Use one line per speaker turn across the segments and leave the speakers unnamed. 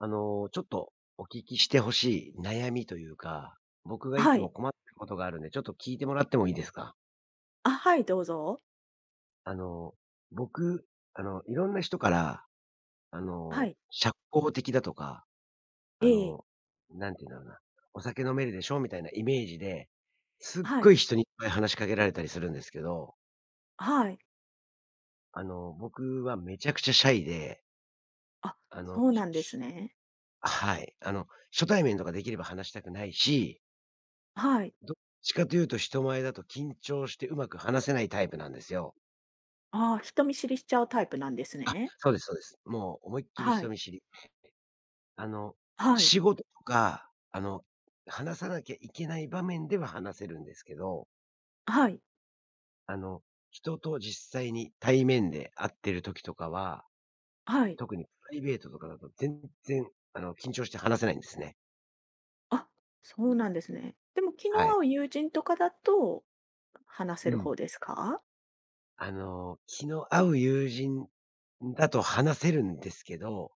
ちょっとお聞きしてほしい悩みというか、僕がい
は
つも
い。
困ってることがあるんで、ちょっと聞いてもらってもいいですか？
あ、はい、どうぞ。
あの、僕、いろんな人から、
はい。
社交的だとか、
え
あ
え。
の、なんていうんだろうな、お酒飲めるでしょみたいなイメージで、すっ
は
ご
い。
い人にいっぱい話しかけられたりするんですけど、
はい。
僕はめちゃくちゃシャイで、
あ、
あの
そうなんです
し
ね。
はい。初対面とかできれば話したくないし、
はい。
どっちかというと人前だと緊張してうまく話せないタイプなんですよ。
ああ、人見知りしちゃうタイプなんです
あ、
ね。
そうですそうです。もう思いっきり
は
人
い。
見知り。あの、
はい。
仕事とか、話さなきゃいけない場面では話せるんですけど、
はい。
あの、人と実際に対面で会ってる時とかは、
はい。
特にプライベートとかだと全然、緊張して話せないんですね。
あ、そうなんですね。でも、気の
は
合
い。
う友人とかだと、話せ
う
る
ん。
方ですか？
気の合う友人だと話せるんですけど、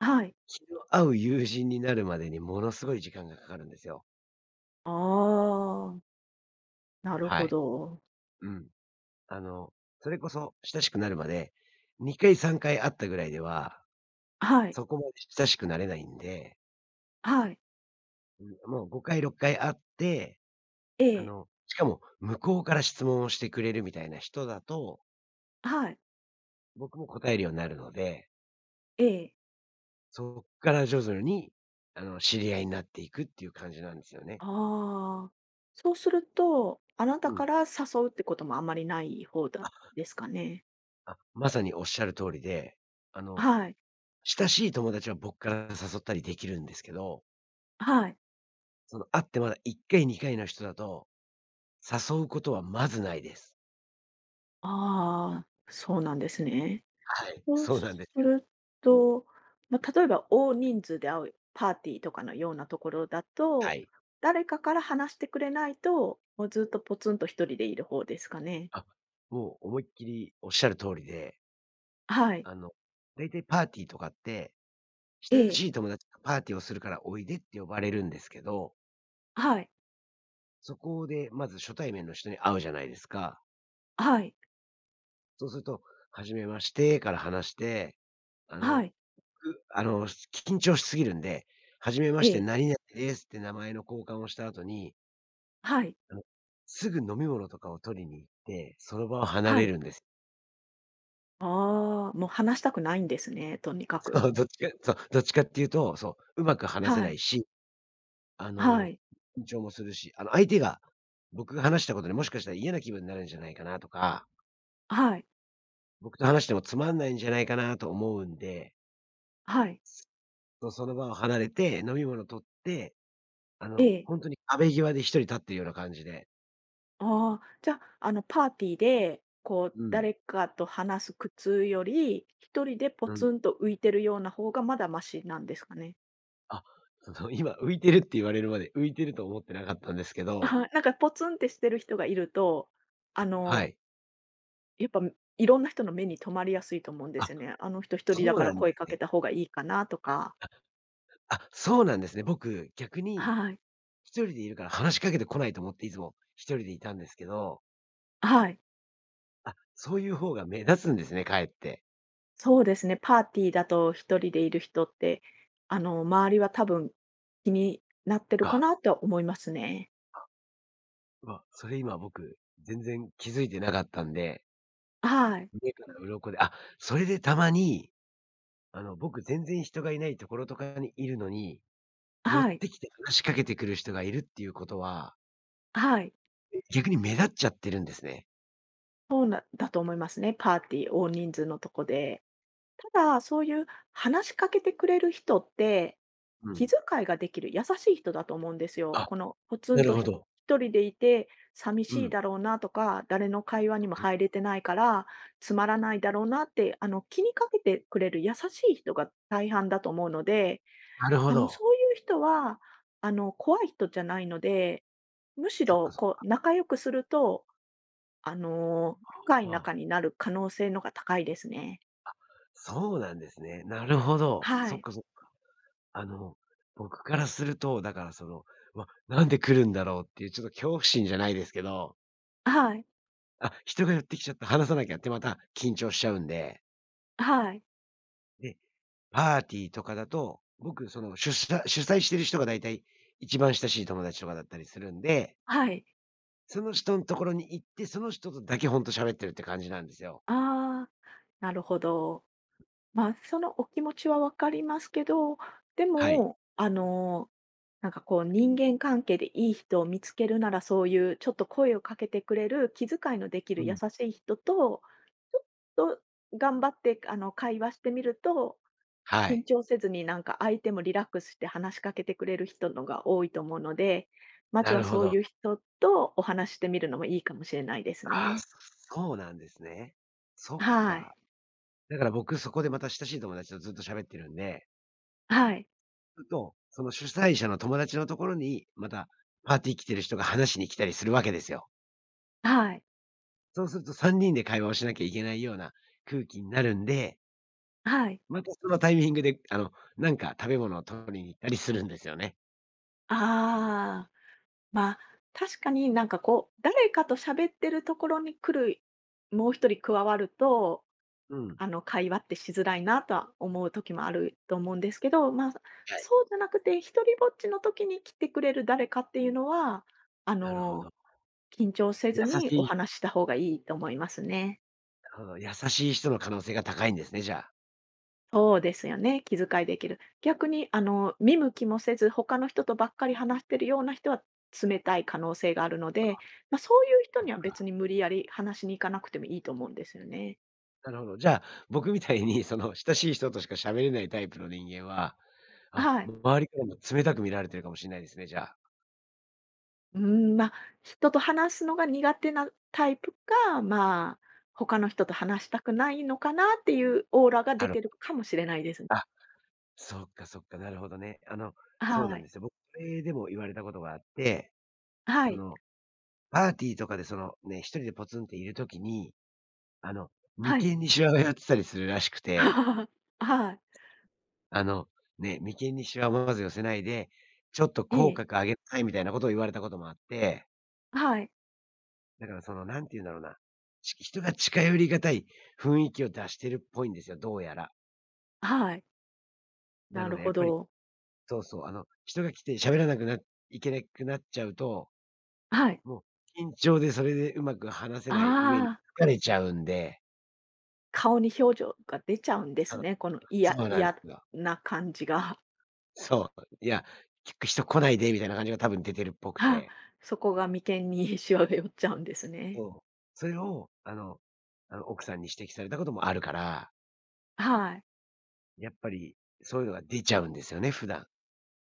はい。
気の合う友人になるまでにものすごい時間がかかるんですよ。
ああ、なる
は
ほ
い。
ど。
うん。あの、それこそ親しくなるまで、2回3回会ったぐらいでは、
はい。
そこまで親しくなれないんで、
はい。
うん、もう5回6回会って、
ええ。
しかも向こうから質問をしてくれるみたいな人だと、
はい。
僕も答えるようになるので、
ええ。
そこから徐々に、知り合いになっていくっていう感じなんですよね。
ああ、そうすると、あなた
う
か
ん。
ら誘うってこともあまりない方だ
あ、
ですかね。
あ、まさにおっしゃる通りで、あの
はい、
親しい友達は僕から誘ったりできるんですけど、
はい。
その会ってまだ1回2回の人だと、誘うことはまずないです。
ああ、そうなんですね。
はい、
そう
そうなん
す
ですよ。
ると、まあ、例えば大人数で会うパーティーとかのようなところだ
は
と、
い。
誰かから話してくれないと、もうずっとポツンと一人でいる方ですかね。
あ、もう思いっきりおっしゃる通りで、
はい、
あの、だいたいパーティーとかって、
え
親
え、
しい友達がパーティーをするからおいでって呼ばれるんですけど、
はい、
そこでまず初対面の人に会うじゃないですか。
はい、
そうすると、はじめましてから話して、あ
は
の、
い、
緊張しすぎるんで、初めま
え
して、
え、
何々ですって名前の交換をした後に、
はい、
あの、すぐ飲み物とかを取りに行って、その場を離
は
れ
い。
るんです。
ああ、もう話したくないんですね、とにかく。
そう、どっちかそう、どっちかっていうと、そう、うまく話せ
は
な
い、
いし、あ
は
の、
い、
緊張もするし、相手が僕が話したことで、もしかしたら嫌な気分になるんじゃないかなとか、
はい、
僕と話してもつまんないんじゃないかなと思うんで、
はい、
そう、その場を離れて、飲み物取って、
ええ。
本当に壁際で一人立ってるような感じで、
ああ、じゃあ、パーティーで、こう、
うん、
誰かと話す苦痛より、一人でポ
うん。
ツンと浮いてるような方がまだマシなんですかね？
あ、その今浮いてるって言われるまで、浮いてると思ってなかったんですけど、
はい、なんかポツンってしてる人がいると、あ
は
の、
い。
やっぱ、いろんな人の目に留まりやすいと思うんです
あ、
よね。あの人一人だ
そう
から
なんで
声
す
か
ね。
けた方がいいかなとか。
あ、そうなんですね。僕、逆に
はい、
一人でいるから話しかけてこないと思っていつも一人でいたんですけど、
はい。
あ、そういう方が目立つんですね、かえって。
そうですね、パーティーだと一人でいる人って、周りは多分気になってるか
が、
なとは思いますね。
まあ、うわ、それ今僕、全然気づいてなかったんで、
はい。
目から鱗で、あ、それでたまに、僕全然人がいないところとかにいるのに、寄っ
はい。
てきて話しかけてくる人がいるっていうことは
はい。
逆に目立っちゃってるんですね。
そうなだと思いますね、パーティー、大人数のとこで。ただ、そういう話しかけてくれる人って
う
気
ん。
遣いができる優しい人だと思うんですよ。
あ、
このポツ
な
ン
る
と
ほど。
一人でいて寂
う
しい
ん。
だろうなとか、誰の会話にも入れてないから、つまらないだろうなって、気にかけてくれる優しい人が大半だと思うので、
なるほど。
そういう人は、怖い人じゃないので、むし
そっ
ろ、
かそっ
こ
か。
う、仲良くすると、深い
あ
仲
あ、
になる可能性のが高いですね。
そうなんですね。なるほど。
は
そっ
い。
かそっか。あの、僕からすると、だからその、わ、なんで来るんだろうっていうちょっと恐怖心じゃないですけど、
はい。
あ、人が寄ってきちゃった、話さなきゃってまた緊張しちゃうんで、
はい。
で、パーティーとかだと、僕その主催してる人が大体一番親しい友達とかだったりするんで、
はい。
その人のところに行って、その人とだけほんと喋ってるって感じなんですよ。
ああ、なるほど。まあ、そのお気持ちはわかりますけど、で
はい。
も、なんかこう人間関係でいい人を見つけるなら、そういうちょっと声をかけてくれる気遣いのでき
う
る優
ん。
しい人と、ちょっと頑張って会話してみると、
は
緊
い。
張せずになんか相手もリラックスして話しかけてくれる人のが多いと思うので、まず
な
は
るほ
そう
ど。
いう
あ
人とお話ししてみるのもいいかもしれないです
あ、
ね。
そうなんですね。そっ
はい。
か。だから僕そこでまた親しい友達とずっと喋ってるんで、
はい。
ふと、その主催者の友達のところに、またパーティー来てる人が話しに来たりするわけですよ。
はい。
そうすると3人で会話をしなきゃいけないような空気になるんで、
はい。
またそのタイミングで、なんか食べ物を取りに行ったりするんですよね。
ああ。まあ、確かになんかこう、誰かと喋ってるところに来る、もう一人加わると、
うん。
会話ってしづらいなとは思う時もあると思うんですけど、まあ、
はい。
そうじゃなくて、一人ぼっちの時に来てくれる誰かっていうのは、あ
なるほ
の、
ど。
緊張せ
優
ずに
し
お
い
話しした方がいいと思いますね。
優しい人の可能性が高いんですね、じゃあ。
そうですよね、気遣いできる。逆に見向きもせず、他の人とばっかり話してるような人は冷たい可能性があるので、まあ、そういう人
そっ
には別
か。
に無理やり話しに行かなくてもいいと思うんですよね。
なるほど。じゃあ、僕みたいにその親しい人としか喋れないタイプの人間は、あ、
はい。
周りからも冷たく見られてるかもしれないですね、じゃあ。
うーん、まあ、人と話すのが苦手なタイプか、まあ、他の人と話したくないのかなっていうオーラが
な
出
る
て
ほ
るか
ど。
もしれないですね。
あ、そっかそっか、なるほどね。そう
は
なん
い。
ですよ。僕、それでも言われたことがあって、
は
そ
い。
の、パーティーとかでそのね、一人でポツンっているときに、あの、
はい。
眉間にシワが寄ってたりするらしくて、
はい。
あの、ね、眉間にシワをまず寄せないで、ちょっと口
え。
角上げなさいみたいなことを言われたこともあって、
はい。
だからその、なんて言うんだろうな、人が近寄りがたい雰囲気を出してるっぽいんですよ、どうやら。
はい。
な
な
の
る
でや
ほ
っぱり、
ど。
そうそう、人が来て喋らなくないけなくなっちゃうと、
はい。
もう緊張でそれでうまく話せない上に
ああ。
疲れちゃうんで、
顔に表情が出ちゃうんで
そ
す
う、
ね。この嫌
そうなんで
嫌
すよ。
な感じが。
そう、いや、結局人来ないでみたいな感じが多分出てるっぽく て。
そこが眉間に しわが寄っちゃうんですね。
そう。それを、奥さんに指摘されたこともあるから、
はい。
やっぱりそういうのが出ちゃうんですよね、普段。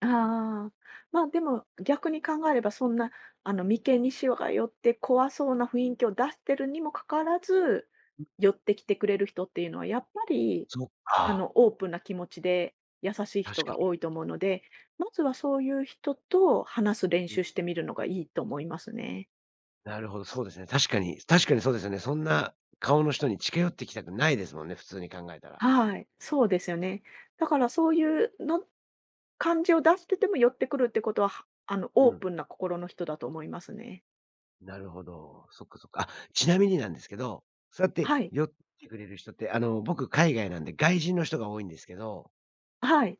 ああ。ま、でも、逆に考えればそんな、眉間にしわが寄って怖そうな雰囲気を出してるにもかかわらず、寄ってきてくれる人っていうのはやっぱり、
そっか、
オープンな気持ちで優しい
確
人
か
が
に。
多いと思うので、まずはそういう人と話す練習してみるのがいいと思いますね。
なるほど、そうですね。確かに確かにそうですよね。そんな顔の人に近寄ってきたくないですもんね、普通に考えたら。
はい、そうですよね。だからそういうの感じを出してても寄ってくるってことは、
う
オー
ん、
プンな心の人だと思いますね。
なるほど。そっかそっか。あ、ちなみになんですけど、そうやって
はい。
寄ってくれる人って、僕海外なんで外人の人が多いんですけど、
はい。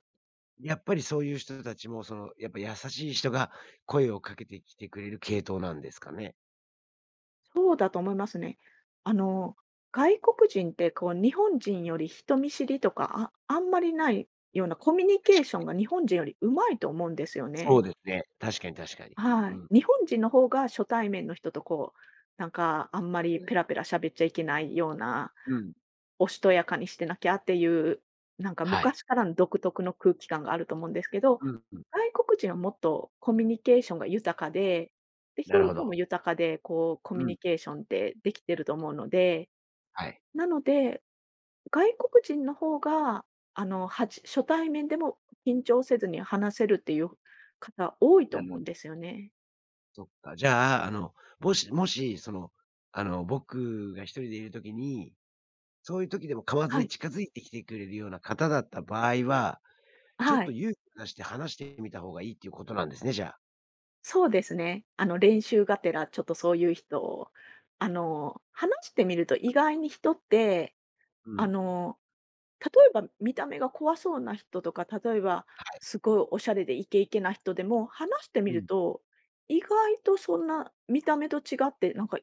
やっぱりそういう人たちも、その、やっぱ優しい人が声をかけてきてくれる系統なんですかね？
そうだと思いますね。あの、外国人ってこう、日本人より人見知りとか、あんまりないようなコミュニケー
確
シ
か
ョンが
に。
日本人より上手いと思うんですよね。
そうですね。確かに確かに。
は
う
い。
ん。
日本人の方が初対面の人とこう、なんかあんま
そ
り
うで
ペラ
す。
ペラ喋っちゃいけないような
うん。
おしとやかにしてなきゃっていう、なんか
はい。
昔からの独特の空気感があると思うんですけど、
うんうん。
外国人はもっとコミュニケーションが豊かで、で、
なる
表
ほ
情も
ど。
豊かで、こうコミ
う
ュ
ん。
ニケーションってできてると思うので、
はい。
なので、外国人の方が、初対面でも緊張せずに話せるっていう方多いと
なる
思
ほ
うん
ど。
ですよね。
そっか、じゃあ、もしもし、その、僕が一人でいるときに、そういうときでも噛まず
は
に
い。
近づいてきてくれるような方だった場合は、ちょっ
は
と
い。
勇気を出して話してみた方がいいっていうことなんですね、じゃあ。
そうですね。練習がてら、ちょっとそういう人を、話してみると意外に人って、
う
あ
ん。
の、例えば見た目が怖そうな人とか、例えば
はい。
すごいおしゃれでイケイケな人でも、話してみ
う
る
ん。
と、意外とそんな見た目と違って、なんか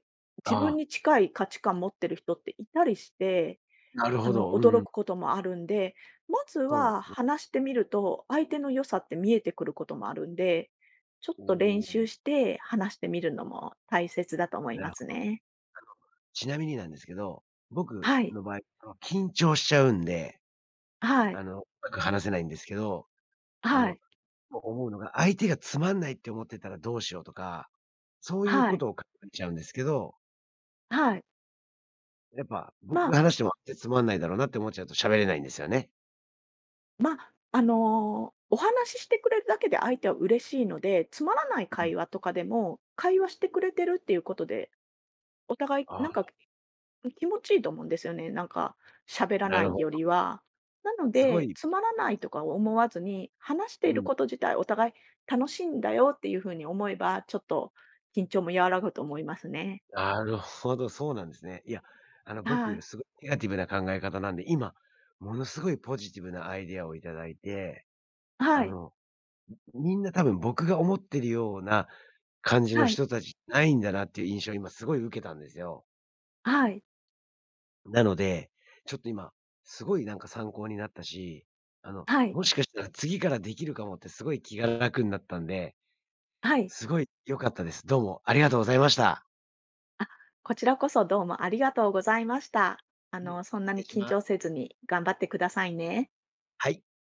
自分
ああ、
に近い価値観持ってる人っていたりして、
なるほど。う
驚く
ん、
こともあるんで、まず
そうなんで
は
すね。
話してみると、相手の良さって見えてくることもあるんで、ちょっ
お
と練習
ー、
して話してみるのも大切だと思い
な
ま
る
す
ほど。
ね。
ちなみになんですけど、僕
はい。
の場合、緊張しちゃうんで、
はい。
うまく話せないんですけど、あ
は
の
い。
思うのが、相手がつまんないって思ってたらどうしようとか、そういう
は
こ
い。
とを考えちゃうんですけど、
はい。
やっぱ
ま
僕が
あ、
話しても相手つまんないだろうなって思っちゃうと喋れないんですよね。
まあ、お話ししてくれるだけで相手は嬉しいので、つまらない
う
会
ん。
話とかでも、会話してくれてるっていうことで、お互い
あ
なん
あ、
か気持ちいいと思うんですよね。なんか、喋ら
な
な
る
い
ほ
よ
ど。
りは。なの
すご
で、
い、
つまらないとか思わずに、話してい
う
る
ん。
こと自体お互い楽しいんだよっていうふうに思えば、ちょっと緊張も和らぐと思いますね。
なるほど、そうなんですね。いや、
は
僕、
い。
すごいネガティブな考え方なんで、今、ものすごいポジティブなアイデアをいただいて、あ
はい。
の、みんな多分僕が思ってるような感じの
はい。
人たちないんだなっていう印象を今すごい受けたんですよ。
はい。
なので、ちょっと今、すごいなんか参考になったし、
はい。
もしかしたら次からできるかもってすごい気が楽になったんで、
はい。
すごい良かったです。どうもありがとうございました。
あ、こちらこそどうもありがとうございました。
はい、
そんな
失
に
礼し
緊
ま
張
す。
せずに頑張ってくださいね。
はい。